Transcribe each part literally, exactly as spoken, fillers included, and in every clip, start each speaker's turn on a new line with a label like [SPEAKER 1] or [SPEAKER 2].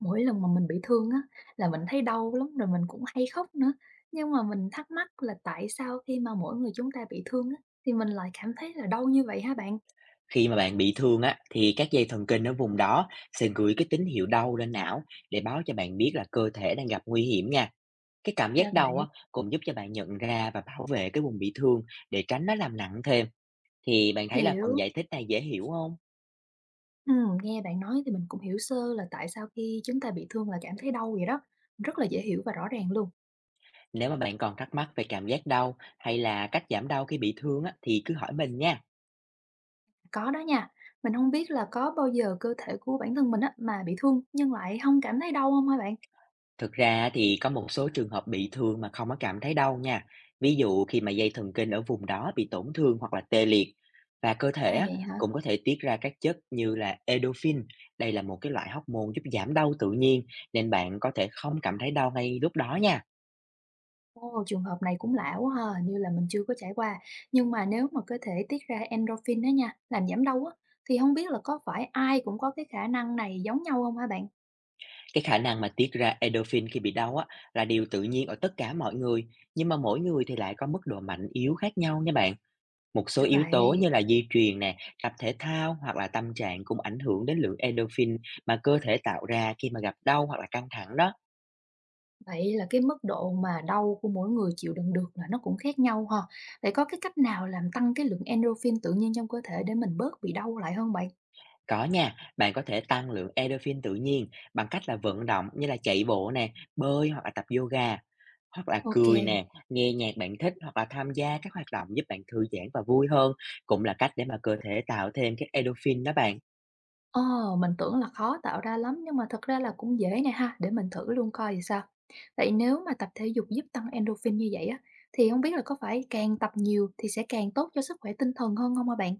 [SPEAKER 1] Mỗi lần mà mình bị thương á, là mình thấy đau lắm, rồi mình cũng hay khóc nữa. Nhưng mà mình thắc mắc là tại sao khi mà mỗi người chúng ta bị thương á, thì mình lại cảm thấy là đau như vậy hả bạn?
[SPEAKER 2] Khi mà bạn bị thương á, thì các dây thần kinh ở vùng đó sẽ gửi cái tín hiệu đau lên não để báo cho bạn biết là cơ thể đang gặp nguy hiểm nha. Cái cảm
[SPEAKER 1] Ra
[SPEAKER 2] giác đau
[SPEAKER 1] vậy,
[SPEAKER 2] á, cũng giúp cho bạn nhận ra và bảo vệ cái vùng bị thương để tránh nó làm nặng thêm. Thì bạn thấy là phần
[SPEAKER 1] hiểu.
[SPEAKER 2] giải thích này dễ hiểu không?
[SPEAKER 1] Ừm, nghe bạn nói thì mình cũng hiểu sơ là tại sao khi chúng ta bị thương là cảm thấy đau vậy đó. Rất là dễ hiểu và rõ ràng luôn.
[SPEAKER 2] Nếu mà bạn còn thắc mắc về cảm giác đau hay là cách giảm đau khi bị thương á, thì cứ hỏi mình nha.
[SPEAKER 1] Có đó nha, mình không biết là có bao giờ cơ thể của bản thân mình á, mà bị thương nhưng lại không cảm thấy đau không hả bạn?
[SPEAKER 2] Thực ra thì có một số trường hợp bị thương mà không có cảm thấy đau nha. Ví dụ khi mà dây thần kinh ở vùng đó bị tổn thương hoặc là tê liệt và cơ
[SPEAKER 1] À,
[SPEAKER 2] thể á,
[SPEAKER 1] vậy hả?
[SPEAKER 2] cũng có thể tiết ra các chất như là endorphin. Đây là một cái loại hormone giúp giảm đau tự nhiên, nên bạn có thể không cảm thấy đau ngay lúc đó nha.
[SPEAKER 1] Ồ, trường hợp này cũng lạ quá ha, hình như là mình chưa có trải qua. Nhưng mà nếu mà cơ thể tiết ra endorphin đó nha, làm giảm đau á, thì không biết là có phải ai cũng có cái khả năng này giống nhau không hả bạn?
[SPEAKER 2] Cái khả năng mà tiết ra endorphin khi bị đau á là điều tự nhiên ở tất cả mọi người, nhưng mà mỗi người thì lại có mức độ mạnh yếu khác nhau nha bạn. Một số
[SPEAKER 1] Ra
[SPEAKER 2] yếu tố
[SPEAKER 1] vậy,
[SPEAKER 2] như là di truyền nè, tập thể thao hoặc là tâm trạng cũng ảnh hưởng đến lượng endorphin mà cơ thể tạo ra khi mà gặp đau hoặc là căng thẳng đó.
[SPEAKER 1] vậy là cái mức độ mà đau của mỗi người chịu đựng được là nó cũng khác nhau ha. Vậy có cái cách nào làm tăng cái lượng endorphin tự nhiên trong cơ thể để mình bớt bị đau lại không bạn?
[SPEAKER 2] Có nha, bạn có thể tăng lượng endorphin tự nhiên bằng cách là vận động như là chạy bộ nè, bơi hoặc là tập yoga, hoặc là
[SPEAKER 1] OK.
[SPEAKER 2] cười nè, nghe nhạc bạn thích hoặc là tham gia các hoạt động giúp bạn thư giãn và vui hơn, cũng là cách để mà cơ thể tạo thêm cái endorphin đó bạn.
[SPEAKER 1] Ờ, mình tưởng là khó tạo ra lắm nhưng mà thật ra là cũng dễ nè ha, để mình thử luôn coi thì sao. Vậy nếu mà tập thể dục giúp tăng endorphin như vậy á, thì không biết là có phải càng tập nhiều thì sẽ càng tốt cho sức khỏe tinh thần hơn không hả bạn?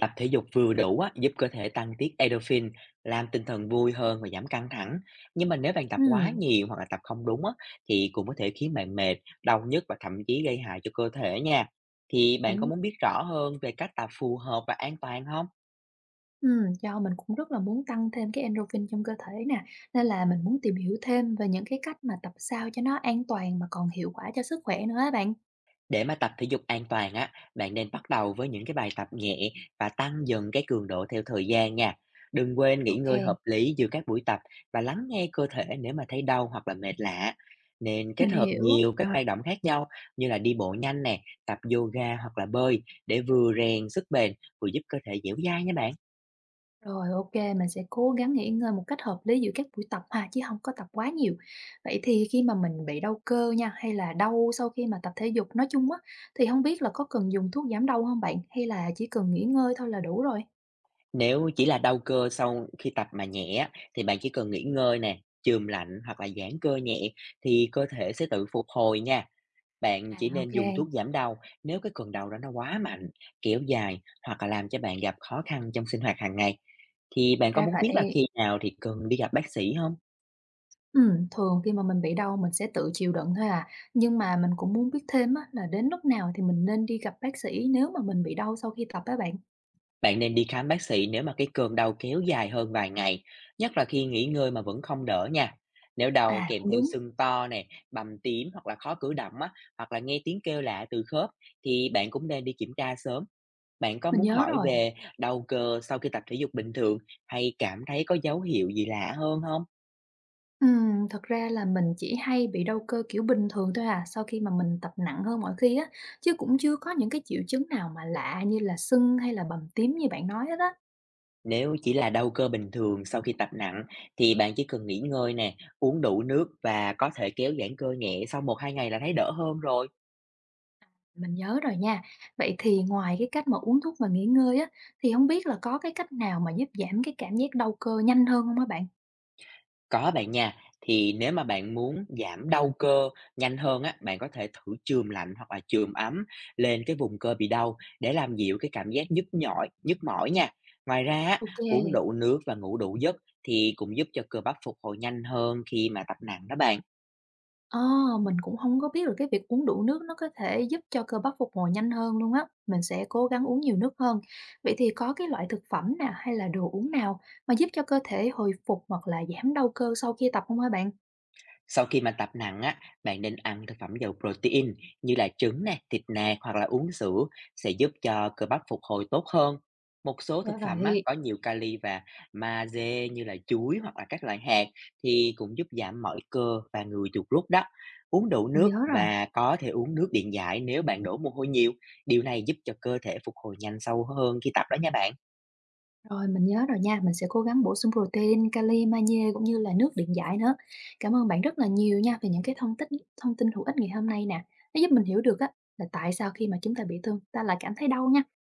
[SPEAKER 2] Tập thể dục vừa đủ á, giúp cơ thể tăng tiết endorphin, làm tinh thần vui hơn và giảm căng thẳng. Nhưng mà nếu bạn tập quá
[SPEAKER 1] Ừm,
[SPEAKER 2] nhiều hoặc là tập không đúng á, thì cũng có thể khiến bạn mệt, đau nhức và thậm chí gây hại cho cơ thể nha. Thì bạn có
[SPEAKER 1] Cũng
[SPEAKER 2] muốn biết rõ hơn về cách tập phù hợp và an toàn không?
[SPEAKER 1] ừm, do mình cũng rất là muốn tăng thêm cái endorphin trong cơ thể nè, nên là mình muốn tìm hiểu thêm về những cái cách mà tập sao cho nó an toàn mà còn hiệu quả cho sức khỏe nữa á bạn.
[SPEAKER 2] Để mà tập thể dục an toàn á, bạn nên bắt đầu với những cái bài tập nhẹ và tăng dần cái cường độ theo thời gian nha. Đừng quên nghỉ
[SPEAKER 1] OK,
[SPEAKER 2] ngơi hợp lý giữa các buổi tập và lắng nghe cơ thể nếu mà thấy đau hoặc là mệt lạ. Nên
[SPEAKER 1] mình
[SPEAKER 2] kết hợp
[SPEAKER 1] hiểu.
[SPEAKER 2] nhiều cái hoạt động khác nhau như là đi bộ nhanh nè, tập yoga hoặc là bơi để vừa rèn sức bền vừa giúp cơ thể dẻo dai nha bạn.
[SPEAKER 1] Rồi, OK, mình sẽ cố gắng nghỉ ngơi một cách hợp lý giữa các buổi tập ha, chứ không có tập quá nhiều. Vậy thì khi mà mình bị đau cơ nha, hay là đau sau khi mà tập thể dục nói chung á, thì không biết là có cần dùng thuốc giảm đau không bạn? Hay là chỉ cần nghỉ ngơi thôi là đủ rồi?
[SPEAKER 2] Nếu chỉ là đau cơ sau khi tập mà nhẹ á, thì bạn chỉ cần nghỉ ngơi nè, chườm lạnh hoặc là giãn cơ nhẹ thì cơ thể sẽ tự phục hồi nha. Bạn
[SPEAKER 1] À,
[SPEAKER 2] chỉ nên
[SPEAKER 1] OK,
[SPEAKER 2] dùng thuốc giảm đau nếu cái cơn đau đó nó quá mạnh, kéo dài hoặc là làm cho bạn gặp khó khăn trong sinh hoạt hàng ngày. Thì bạn có
[SPEAKER 1] ra
[SPEAKER 2] muốn biết là
[SPEAKER 1] vậy.
[SPEAKER 2] khi nào thì cần đi gặp bác sĩ không?
[SPEAKER 1] Ừ, thường khi mà mình bị đau mình sẽ tự chịu đựng thôi à, nhưng mà mình cũng muốn biết thêm á, là đến lúc nào thì mình nên đi gặp bác sĩ nếu mà mình bị đau sau khi tập á bạn?
[SPEAKER 2] Bạn nên đi khám bác sĩ nếu mà cái cơn đau kéo dài hơn vài ngày, nhất là khi nghỉ ngơi mà vẫn không đỡ nha. Nếu đau
[SPEAKER 1] À,
[SPEAKER 2] kèm
[SPEAKER 1] cũng
[SPEAKER 2] theo
[SPEAKER 1] đúng,
[SPEAKER 2] sưng to nè, bầm tím hoặc là khó cử động á, hoặc là nghe tiếng kêu lạ từ khớp, thì bạn cũng nên đi kiểm tra sớm. Bạn có
[SPEAKER 1] mình
[SPEAKER 2] muốn
[SPEAKER 1] nhớ
[SPEAKER 2] hỏi
[SPEAKER 1] rồi.
[SPEAKER 2] về đau cơ sau khi tập thể dục bình thường hay cảm thấy có dấu hiệu gì lạ hơn không?
[SPEAKER 1] Ừm, thật ra là mình chỉ hay bị đau cơ kiểu bình thường thôi à, sau khi mà mình tập nặng hơn mọi khi á, chứ cũng chưa có những cái triệu chứng nào mà lạ như là sưng hay là bầm tím như bạn nói hết á.
[SPEAKER 2] Nếu chỉ là đau cơ bình thường sau khi tập nặng, thì bạn chỉ cần nghỉ ngơi nè, uống đủ nước và có thể kéo giãn cơ nhẹ sau một hai ngày là thấy đỡ hơn rồi.
[SPEAKER 1] Mình nhớ rồi nha. Vậy thì ngoài cái cách mà uống thuốc và nghỉ ngơi á, thì không biết là có cái cách nào mà giúp giảm cái cảm giác đau cơ nhanh hơn không hả bạn?
[SPEAKER 2] Có bạn nha, thì nếu mà bạn muốn giảm đau cơ nhanh hơn á, bạn có thể thử chườm lạnh hoặc là chườm ấm lên cái vùng cơ bị đau để làm dịu cái cảm giác nhức nhỏi, nhức mỏi nha. Ngoài ra á,
[SPEAKER 1] OK.
[SPEAKER 2] uống đủ nước và ngủ đủ giấc thì cũng giúp cho cơ bắp phục hồi nhanh hơn khi mà tập nặng đó bạn.
[SPEAKER 1] Ờ, mình cũng không có biết được cái việc uống đủ nước nó có thể giúp cho cơ bắp phục hồi nhanh hơn luôn á, mình sẽ cố gắng uống nhiều nước hơn. Vậy thì có cái loại thực phẩm nè, hay là đồ uống nào mà giúp cho cơ thể hồi phục hoặc là giảm đau cơ sau khi tập không hả bạn?
[SPEAKER 2] Sau khi mà tập nặng á, bạn nên ăn thực phẩm giàu protein như là trứng nè, thịt nạc hoặc là uống sữa sẽ giúp cho cơ bắp phục hồi tốt hơn. Một số
[SPEAKER 1] Ra
[SPEAKER 2] thực phẩm á,
[SPEAKER 1] vậy.
[SPEAKER 2] có nhiều kali và magie như là chuối hoặc là các loại hạt thì cũng giúp giảm mỏi cơ và người chuột rút đó. Uống đủ
[SPEAKER 1] Mình
[SPEAKER 2] nước
[SPEAKER 1] nhớ rồi,
[SPEAKER 2] và có thể uống nước điện giải nếu bạn đổ mồ hôi nhiều. Điều này giúp cho cơ thể phục hồi nhanh sâu hơn khi tập đó nha bạn.
[SPEAKER 1] rồi mình nhớ rồi nha, mình sẽ cố gắng bổ sung protein, kali, magie cũng như là nước điện giải nữa. Cảm ơn bạn rất là nhiều nha về những cái thông tích thông tin hữu ích ngày hôm nay nè, nó giúp mình hiểu được á, là tại sao khi mà chúng ta bị thương ta lại cảm thấy đau nha.